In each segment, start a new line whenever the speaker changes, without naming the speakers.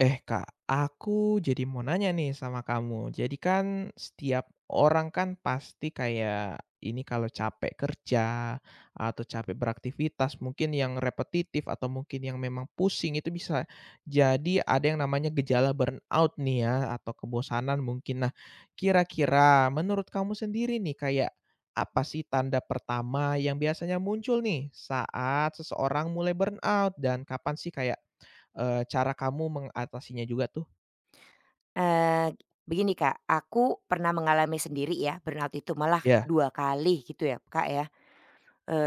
Eh Kak, aku jadi mau nanya nih sama kamu. Jadi kan setiap orang kan pasti kayak ini kalau capek kerja atau capek beraktivitas mungkin yang repetitif atau mungkin yang memang pusing itu bisa jadi ada yang namanya gejala burnout nih ya atau kebosanan mungkin. Nah, kira-kira menurut kamu sendiri nih kayak apa sih tanda pertama yang biasanya muncul nih saat seseorang mulai burnout dan kapan sih kayak cara kamu mengatasinya juga tuh?
Eee, begini Kak, aku pernah mengalami sendiri ya burnout itu, malah
Iya.
2 kali gitu ya Kak ya.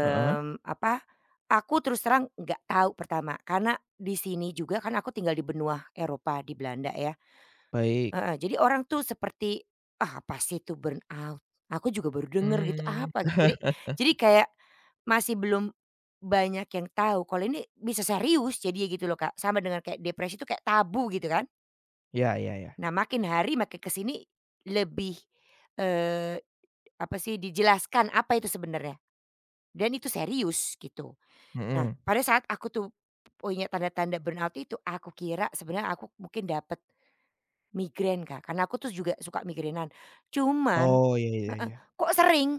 Heeh.
apa, aku terus terang nggak tahu pertama, karena di sini juga kan aku tinggal di benua Eropa, di Belanda ya,
Baik.
heeh, jadi orang tuh seperti, "Ah, apa sih itu burnout?" Aku juga baru denger gitu,
Mmm,
"Apa?" gitu. Jadi kayak masih belum banyak yang tahu kalau ini bisa serius jadi gitu loh Kak, sama dengan kayak depresi itu kayak tabu gitu kan.
ya ya ya.
Nah, makin hari makin ke sini lebih, eee, apa sih, dijelaskan apa itu sebenarnya dan itu serius gitu. Nah,
Mhm.
pada saat aku tuh punya tanda-tanda burnout itu, aku kira sebenarnya aku mungkin dapat migrain, Kak, karena aku tuh juga suka migrainan. Cuman
Oh, ya ya
heeh,
ya.
kok sering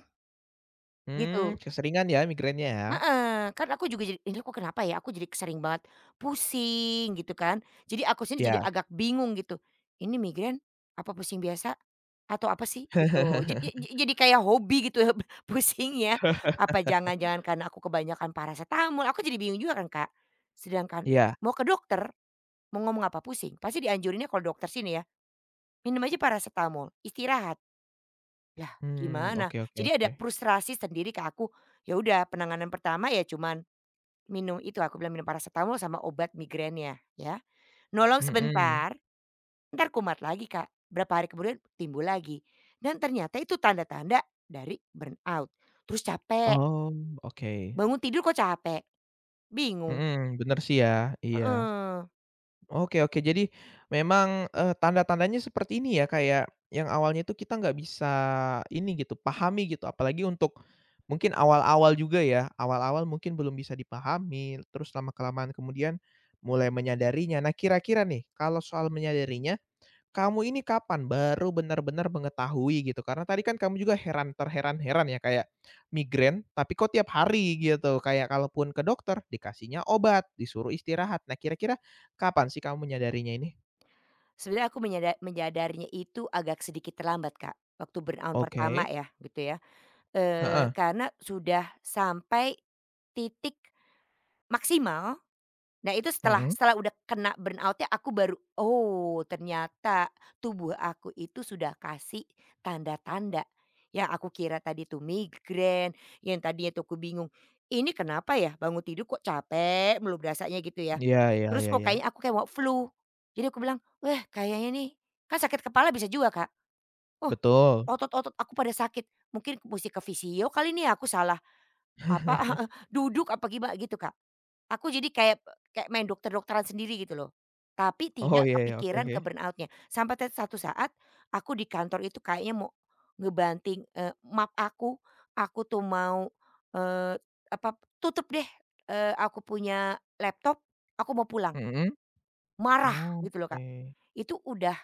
Mmm,
gitu
keseringan ya migrainnya ya?
heeh, kan aku juga jadi, "Ini kok kenapa ya aku jadi sering banget pusing?" Gitu kan. Jadi aku sini
Iya.
jadi agak bingung gitu, "Ini migrain apa pusing biasa? Atau apa sih gitu." Jadi ja jadi kayak hobi gitu ya, pusing ya. Apa jangan-jangan karena aku kebanyakan parasetamol, aku jadi bingung juga kan, Kak. Sedangkan
Iya.
mau ke dokter, mau ngomong apa, pusing. Pasti dianjurinnya kalau dokter sini ya, minum aja parasetamol, istirahat. Lah
Mmm,
gimana?
oke oke
Jadi ada
oke.
frustrasi sendiri ke aku. Ya udah penanganan pertama ya cuman minum itu, aku bilang minum parasetamol sama obat migrainnya ya, nolong
Mhm.
sebentar. Entar kumat lagi Kak, berapa hari kemudian timbul lagi, dan ternyata itu tanda-tanda dari burnout. Terus capek,
Oh, oke.
bangun tidur kok capek, bingung,
Mhm, bener sih ya, iya.
heeh.
Oke oke. Jadi memang, tanda-tandanya seperti ini ya, kayak yang awalnya itu kita nggak bisa ini gitu, pahami gitu, apalagi untuk mungkin awal-awal juga ya, awal-awal mungkin belum bisa dipahami, terus lama-kelamaan kemudian mulai menyadarinya. Nah, kira-kira nih, kalau soal menyadarinya, kamu ini kapan baru benar-benar mengetahui gitu? Karena tadi kan kamu juga heran terheran-heran ya kayak migrain tapi kok tiap hari gitu, kayak kalaupun ke dokter dikasihnya obat, disuruh istirahat. Nah kira-kira kapan sih kamu menyadarinya ini?
Sebenarnya aku menyadarinya itu agak sedikit terlambat Kak, waktu burnout pertama
Oke,
ya gitu ya,
heeh,
karena sudah sampai titik maksimal. Nah itu setelah
mhm.
setelah udah kena burnout-nya aku baru, "Oh ternyata tubuh aku itu sudah kasih tanda-tanda." Yang aku kira tadi tuh migrain, yang tadinya tuh aku bingung, "Ini kenapa ya bangun tidur kok capek belum berasanya?" Gitu ya.
Iya iya
Terus
iya
kok
iya,
kayaknya aku kayak mau flu. Jadi aku bilang, "Wah kayaknya nih," kan sakit kepala bisa juga Kak, "Oh
betul.
otot-otot aku pada sakit, mungkin mesti ke fisio kali nih ya, aku salah apa, duduk apa gimana?" Gitu Kak. Aku jadi kayak kayak main dokter-dokteran sendiri gitu loh. Tapi
Oh
tidak
iya iya, oke
kepikiran
oke,
ke burnout-nya. Sampai satu saat aku di kantor itu kayaknya mau ngebanting, map aku tuh mau, eee, apa, "Tutup deh, aku punya laptop, aku mau pulang."
mhm,
Marah gitu loh,
oke.
Kak. Itu udah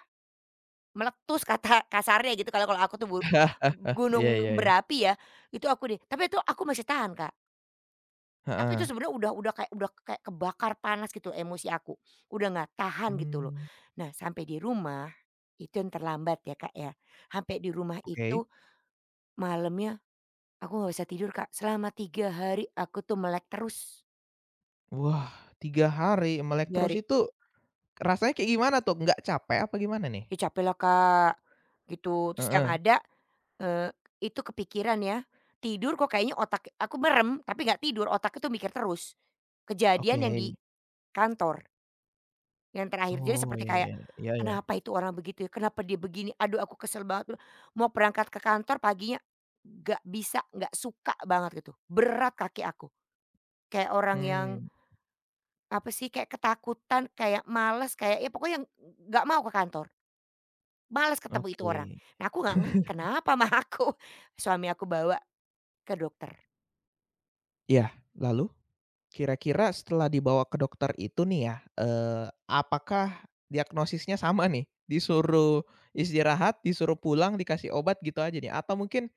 meletus kata kasarnya gitu kalau kalau aku tuh
Iya iya
gunung
iya,
berapi ya, itu aku deh tapi itu aku masih tahan, Kak. Tapi itu
heeh,
sebenarnya udah kayak kebakar panas gitu loh emosi aku, udah nggak tahan gitu loh.
mmm,
Nah sampai di rumah, itu yang terlambat ya Kak ya, sampai di rumah
oke.
itu malamnya aku nggak bisa tidur Kak, selama 3 hari aku tuh melek terus,
Wah, 3 hari melek
3
terus
hari.
itu rasanya kayak gimana tuh? Nggak capek apa gimana nih?
Ya capek lah Kak, gitu. Terus yang
Heeh,
ada, eee, itu kepikiran ya, tidur kok kayaknya otak aku merem tapi nggak tidur, otak itu mikir terus, kejadian yang di
oke.
kantor. Yang terakhir, jadi
Oh,
seperti
ya
kayak,
ya, iya iya.
"Kenapa itu orang begitu ya? Kenapa dia begini? Aduh aku kesel banget." Mau berangkat ke kantor paginya, gak bisa, gak suka banget gitu, berat kaki aku. Kayak orang yang,
Mmm,
apa sih, kayak ketakutan, kayak males, kayak ya pokoknya yang gak mau ke kantor, males ketemu itu orang.
oke.
Nah aku nggak ngerti kenapa mah aku, suami aku bawa ke dokter.
Iya, lalu? Kira-kira setelah dibawa ke dokter itu nih ya, apakah diagnosisnya sama nih? Disuruh istirahat, disuruh pulang, dikasih obat gitu aja nih? Atau mungkin,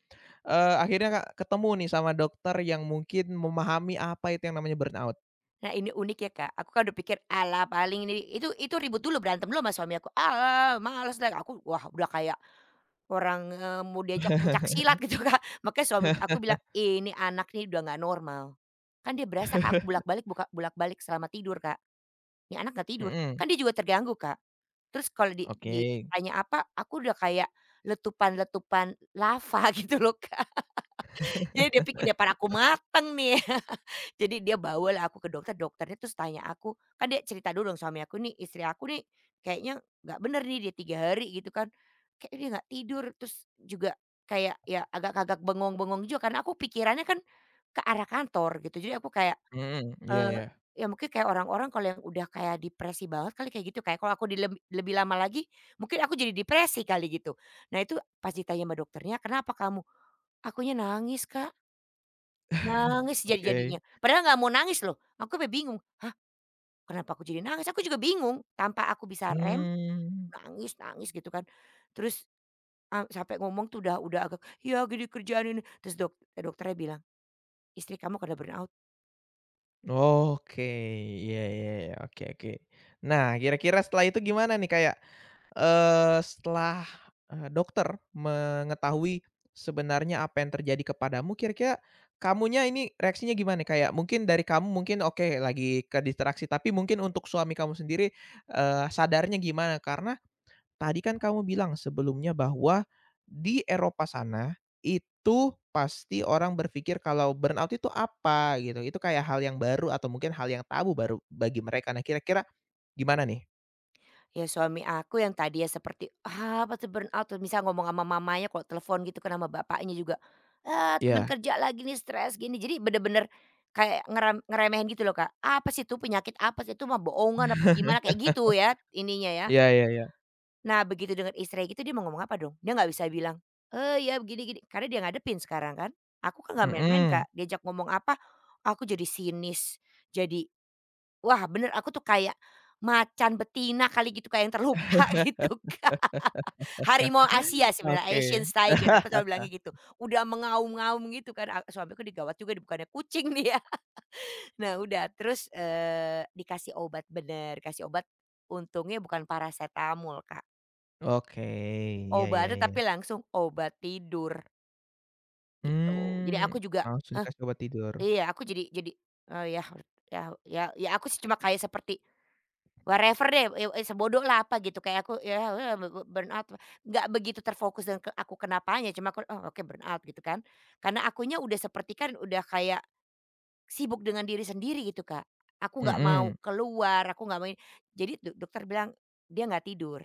akhirnya Kak, ketemu nih sama dokter yang mungkin memahami apa itu yang namanya burnout?
Nah ini unik ya Kak, aku kan udah pikir, "ala paling ini itu ribut dulu, berantem dulu sama suami aku, ala males deh." Aku wah udah kayak orang, mau diajak pencaksilat gitu, Kak. Makanya suami aku bilang, "Ini anak nih udah nggak normal." Kan dia berasa, Kak, aku bolak-balik buka bolak-balik selama tidur, Kak. Ini anak nggak tidur,
Mhm,
kan dia juga terganggu, Kak. Terus kalau
oke.
ditanya apa, aku udah kayak letupan-letupan lava gitu loh, Kak. Jadi dia pikir depan aku mateng nih. Jadi dia bawalah aku ke dokter, dokternya terus tanya aku, kan dia cerita dulu dong suami aku nih, istri aku nih kayaknya nggak bener nih dia 3 hari gitu kan. Kayaknya dia nggak tidur, terus juga kayak ya agak-agak bengong-bengong juga karena aku pikirannya kan ke arah kantor gitu. Jadi aku kayak,
Mhm, iya
eee,
iya,
ya mungkin kayak orang-orang kalau yang udah kayak depresi banget kali kayak gitu, kayak kalau aku lebih lama lagi mungkin aku jadi depresi kali gitu. Nah itu pas ditanya sama dokternya, "Kenapa kamu?" "Akunya nangis, Kak." Nangis
oke.
jadi-jadinya, padahal nggak mau nangis loh, aku sampai bingung, "Hah, kenapa aku jadi nangis?" Aku juga bingung, tanpa aku bisa rem,
Mmm.
nangis nangis gitu kan. Terus, sampai ngomong tuh udah agak, "Ya gini kerjaan ini," terus dokternya bilang, "Istri kamu kena burnout."
Oke, iya iya iya, oke oke. Nah, kira-kira setelah itu gimana nih kayak, setelah, dokter mengetahui sebenarnya apa yang terjadi kepadamu, kira-kira kamunya ini reaksinya gimana nih? Kayak mungkin dari kamu mungkin oke lagi ke distraksi, tapi mungkin untuk suami kamu sendiri, sadarnya gimana? Karena tadi kan kamu bilang sebelumnya bahwa di Eropa sana, itu pasti orang berpikir kalau burnout itu apa gitu, itu kayak hal yang baru atau mungkin hal yang tabu baru bagi mereka. Nah kira-kira gimana nih?
Ya suami aku yang tadinya seperti, ah, "Apa tuh burnout?" Tuh misal ngomong sama mamanya kalau telepon gitu kan, sama bapaknya juga, "Ah, teman
Iya,
kerja lagi nih stres gini." Jadi bener-bener kayak ngeremehin gitu loh, Kak. "Apa sih itu penyakit apa sih? Itu mah bohongan apa gimana?" Kayak gitu ya ininya ya.
iya iya iya,
Nah, begitu denger istri gitu dia mau ngomong apa dong? Dia nggak bisa bilang, "eh ya begini-gini," karena dia ngadepin sekarang kan. Aku kan nggak main-main,
mhm,
Kak, diajak ngomong apa, aku jadi sinis, jadi wah bener aku tuh kayak macan betina kali gitu, kayak yang terluka gitu, Kak. Harimau Asia sebenarnya,
oke
Asian Tiger, aku selalu bilangnya gitu. Udah mengaum-ngaum gitu kan, suamiku digawat juga bukannya kucing dia. Nah udah terus, dikasih obat bener, kasih obat untungnya bukan parasetamol, Kak.
oke, iya iya
Obatnya
iya,
tapi langsung obat tidur gitu. Jadi
mmm,
aku juga,
langsung
"Hah?"
dikasih obat tidur,
Iya aku oh ya ya ya ya aku sih cuma kayak seperti whatever deh, sebodoh lah apa gitu kayak aku ya ya be be burnout, nggak begitu terfokus dengan ke aku kenapanya cuma aku, "Oh oke burnout," gitu kan. Karena akunya udah seperti kan udah kayak sibuk dengan diri sendiri gitu, Kak. Aku nggak mau
mhm,
keluar, aku nggak mau ini. Jadi dokter bilang, "Dia nggak tidur."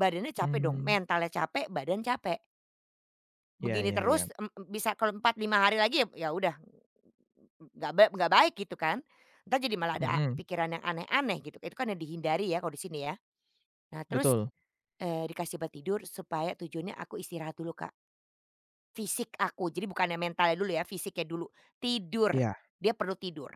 Badannya capek dong,
mmm,
mentalnya capek, badan capek.
iya
Begini
iya iya,
terus, bisa kalau 4 5 hari lagi ya ya udah nggak baik gitu kan. Entar jadi malah ada
mhm,
pikiran yang aneh-aneh gitu, itu kan yang dihindari ya kalau di sini ya. Nah terus,
betul,
dikasih obat tidur supaya tujuannya aku istirahat dulu Kak, fisik aku jadi bukannya mentalnya dulu ya, fisiknya dulu, tidur,
iya,
dia perlu tidur,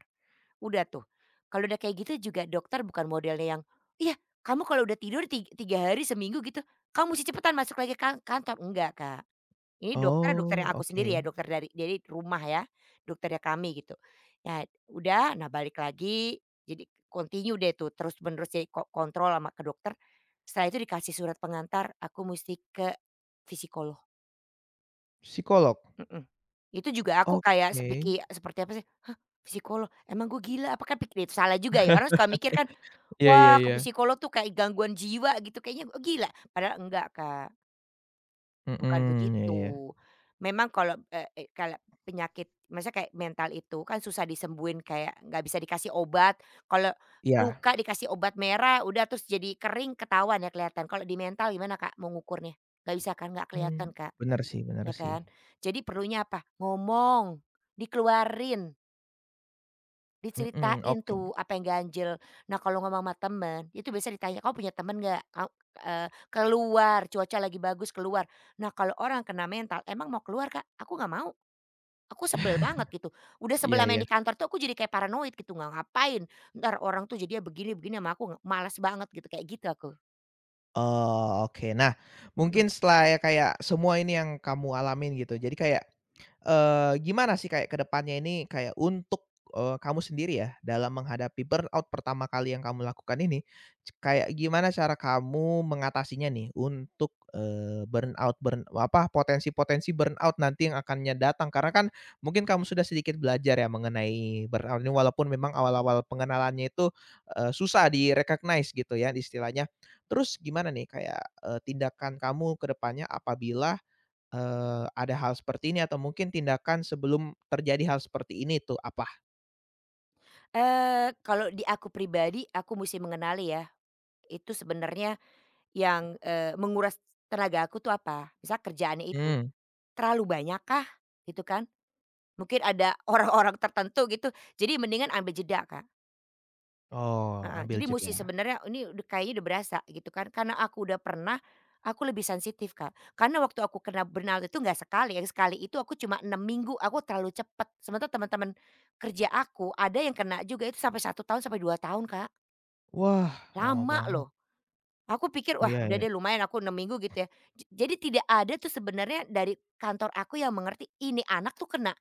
udah tuh. Kalau udah kayak gitu juga dokter bukan modelnya yang, "Iya kamu kalau udah tidur 3 hari seminggu gitu, kamu mesti cepetan masuk lagi ke kan kantor," enggak Kak. Ini dokter, dokter
oh
yang aku
oke,
sendiri ya, dokter dari rumah ya, dokternya kami gitu. Ya udah, nah balik lagi, jadi continue deh tuh terus menerus jadi kontrol sama ke dokter. Setelah itu dikasih surat pengantar aku mesti ke fisikolog,
psikolog?
mhm. Itu juga aku kayak
Oke,
seperti apa sih, "Hah, fisikolog? Emang gue gila apa?" Kan pikir itu salah juga ya, orang suka mikir kan,
iya iya
"Wah, ke
iya.
psikolog tuh kayak gangguan jiwa gitu kayaknya, gue gila." Padahal enggak, Kak. Bukan
Mhm, iya iya.
begitu. Memang kalau, eee eee, kalau penyakit maksudnya kayak mental itu kan susah disembuhin kayak nggak bisa dikasih obat. Kalau
Iya.
luka dikasih obat merah udah terus jadi kering ketahuan ya kelihatan. Kalau di mental gimana Kak mau ngukurnya? Nggak bisa kan nggak
Mmm,
kelihatan Kak,
bener sih bener
ya
sih.
kan. Jadi perlunya apa? Ngomong, dikeluarin.
Mhm,
Diceritain
oke.
tuh apa yang ganjel. Nah kalau ngomong sama temen, itu biasa ditanya, "Kamu punya temen nggak?" Eee, "Keluar, cuaca lagi bagus, keluar." Nah kalau orang kena mental, "Emang mau keluar, Kak?" "Aku nggak mau." Aku sebel banget gitu. Udah sebel
Iya
ama
iya.
yang di kantor tuh aku jadi kayak paranoid gitu, nggak ngapain. Entar orang tuh jadinya begini-begini sama aku, nggak- malas banget gitu, kayak gitu aku.
Oh, oke. Nah,
Mhm.
mungkin setelah ya kayak semua ini yang kamu alamin gitu, jadi kayak, gimana sih kayak kedepannya ini kayak untuk, kamu sendiri ya dalam menghadapi burnout pertama kali yang kamu lakukan ini, kayak gimana cara kamu mengatasinya nih untuk, burnout apa, potensi-potensi burnout nanti yang akannya datang? Karena kan mungkin kamu sudah sedikit belajar ya mengenai burnout ini walaupun memang awal-awal pengenalannya itu, susah di-recognize gitu ya istilahnya. Terus gimana nih kayak, tindakan kamu ke depannya apabila, ada hal seperti ini atau mungkin tindakan sebelum terjadi hal seperti ini tuh apa?
Kalau di aku pribadi, aku mesti mengenali ya, itu sebenarnya yang, menguras tenaga aku tuh apa. Misal kerjaannya itu.
Mmm,
Terlalu banyakkah? Gitu kan. Mungkin ada orang-orang tertentu gitu, jadi mendingan ambil jeda, Kak,
oh
heeh.
ambil
Jadi musti
jeda.
sebenarnya ini udah kayaknya udah berasa gitu kan, karena aku udah pernah, aku lebih sensitif, Kak. Karena waktu aku kena burnout itu nggak sekali yang sekali itu aku cuma 6 minggu, aku terlalu cepet. Sementara teman-teman kerja aku ada yang kena juga itu sampai satu tahun sampai 2 tahun, Kak.
Wah lama
Lama
banget.
loh. Aku pikir,
Iya
"Wah, udah
ya,
deh lumayan aku 6 minggu," gitu ya. Jadi tidak ada tuh sebenarnya dari kantor aku yang mengerti, ini anak tuh kena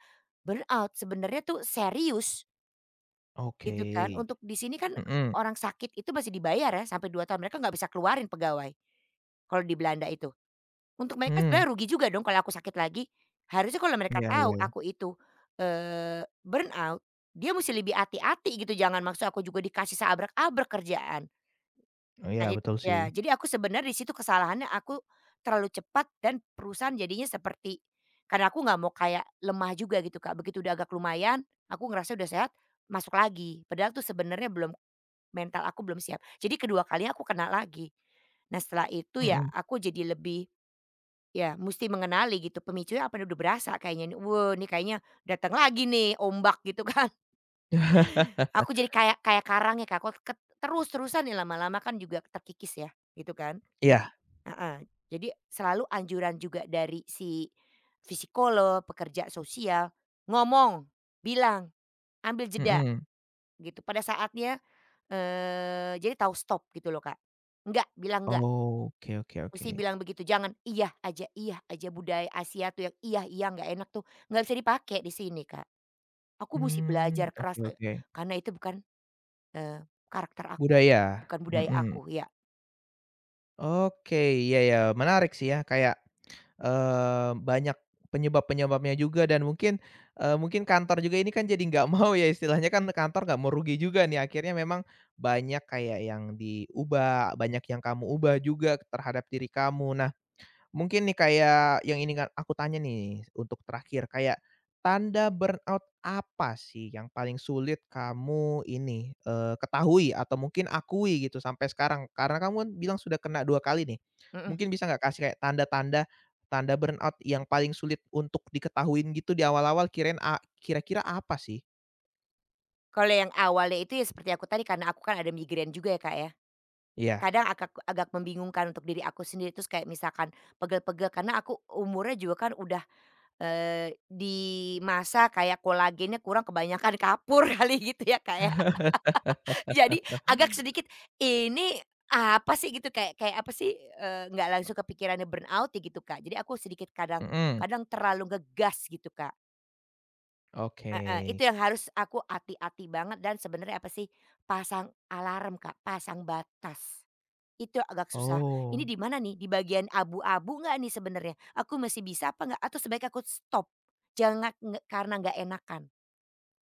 burnout, sebenarnya tuh serius,
oke.
gitu kan. Untuk di sini kan
Mhm,
orang sakit itu masih dibayar ya sampai 2 tahun, mereka nggak bisa keluarin pegawai, kalau di Belanda itu. Untuk mereka
mmm,
sebenarnya rugi juga dong kalau aku sakit lagi. Harusnya kalau mereka
iya
tahu
iya.
aku itu, burnout, dia mesti lebih hati-hati gitu, jangan maksud aku juga dikasih seabrek-abrek kerjaan.
Oh iya
Nah it
betul sih.
ya, jadi aku sebenarnya di situ kesalahannya aku terlalu cepat dan perusahaan jadinya seperti karena aku nggak mau kayak lemah juga gitu, Kak. Begitu udah agak lumayan, aku ngerasa udah sehat, masuk lagi. Padahal tuh sebenarnya belum mental aku belum siap. Jadi kedua kalinya aku kena lagi. Nah, setelah itu ya
Mhm.
aku jadi lebih ya mesti mengenali gitu pemicunya apa nih, udah berasa kayaknya nih. Wah, ini kayaknya datang lagi nih ombak gitu kan. Aku jadi kayak kayak karang ya, Kak. Aku terus-terusan nih lama-lama kan juga terkikis ya, gitu kan.
Iya,
Heeh, jadi selalu anjuran juga dari si psikolog, pekerja sosial, ngomong, bilang, ambil jeda
mhm.
gitu pada saatnya, jadi tahu stop gitu loh, Kak. Enggak, bilang enggak,
Oke oke oke.
mesti bilang begitu, jangan iya aja iya aja, budaya Asia tuh yang iya iya nggak enak tuh nggak bisa dipakai di sini, Kak. Aku mesti
Hmm
belajar
oke
keras,
oke.
karena itu bukan, eee, karakter aku,
Budaya,
bukan budaya
mhm.
aku, iya,
Oke, iya ya menarik sih ya kayak banyak penyebab-penyebabnya juga dan mungkin, mungkin kantor juga ini kan jadi nggak mau ya istilahnya kan kantor nggak mau rugi juga nih akhirnya memang banyak kayak yang diubah, banyak yang kamu ubah juga terhadap diri kamu. Nah, mungkin nih kayak yang ini kan aku tanya nih untuk terakhir, kayak tanda burnout apa sih yang paling sulit kamu ini, ketahui atau mungkin akui gitu sampai sekarang? Karena kamu kan bilang sudah kena 2 kali nih.
mhm.
Mungkin bisa nggak kasih kayak tanda-tanda, tanda burnout yang paling sulit untuk diketahuin gitu di awal-awal kirain kira-kira apa sih?
Kalau yang awalnya itu ya seperti aku tadi karena aku kan ada migrain juga ya, Kak, ya.
Iya.
Kadang agak agak membingungkan untuk diri aku sendiri, terus kayak misalkan pegel-pegel karena aku umurnya juga kan udah, di masa kayak kolagennya kurang kebanyakan kapur kali gitu ya, kayak. Jadi agak sedikit, "Ini apa sih?" Gitu kayak kayak apa sih, nggak langsung kepikirannya burnout ya gitu, Kak. Jadi aku sedikit kadang
Mhm,
kadang terlalu ngegas gitu, Kak.
oke.
Heeh, itu yang harus aku hati-hati banget dan sebenarnya apa sih, pasang alarm, Kak, pasang batas. Itu agak susah. Ini
Oh,
di mana nih? Di bagian abu-abu nggak nih sebenarnya? Aku masih bisa apa nggak? Atau sebaiknya aku stop? Jangan karena nggak enakan.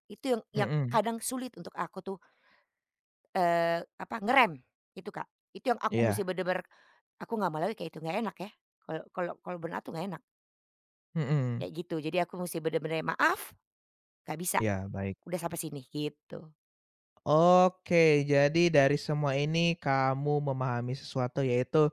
Itu yang
mhm,
kadang sulit untuk aku tuh, apa, ngerem itu, Kak. Itu yang aku mesti
iya,
bener-bener, aku nggak mau lagi kayak itu, nggak enak ya. Kalau kalau kalau benar tuh nggak enak,
mhm,
kayak gitu. Jadi aku mesti bener-bener, "Maaf, nggak bisa,
iya baik.
udah sampai sini," gitu.
Oke, jadi dari semua ini kamu memahami sesuatu yaitu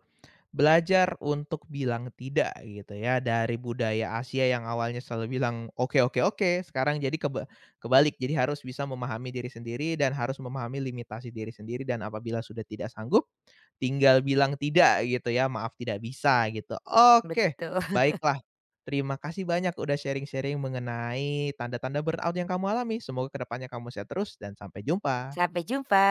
belajar untuk bilang tidak gitu ya dari budaya Asia yang awalnya selalu bilang oke oke oke sekarang jadi kebalik jadi harus bisa memahami diri sendiri dan harus memahami limitasi diri sendiri dan apabila sudah tidak sanggup tinggal bilang tidak gitu ya maaf tidak bisa gitu. Oke,
Betul.
baiklah. Terima kasih banyak udah sharing-sharing mengenai tanda-tanda burnout yang kamu alami. Semoga kedepannya kamu sehat terus dan sampai jumpa.
Sampai jumpa.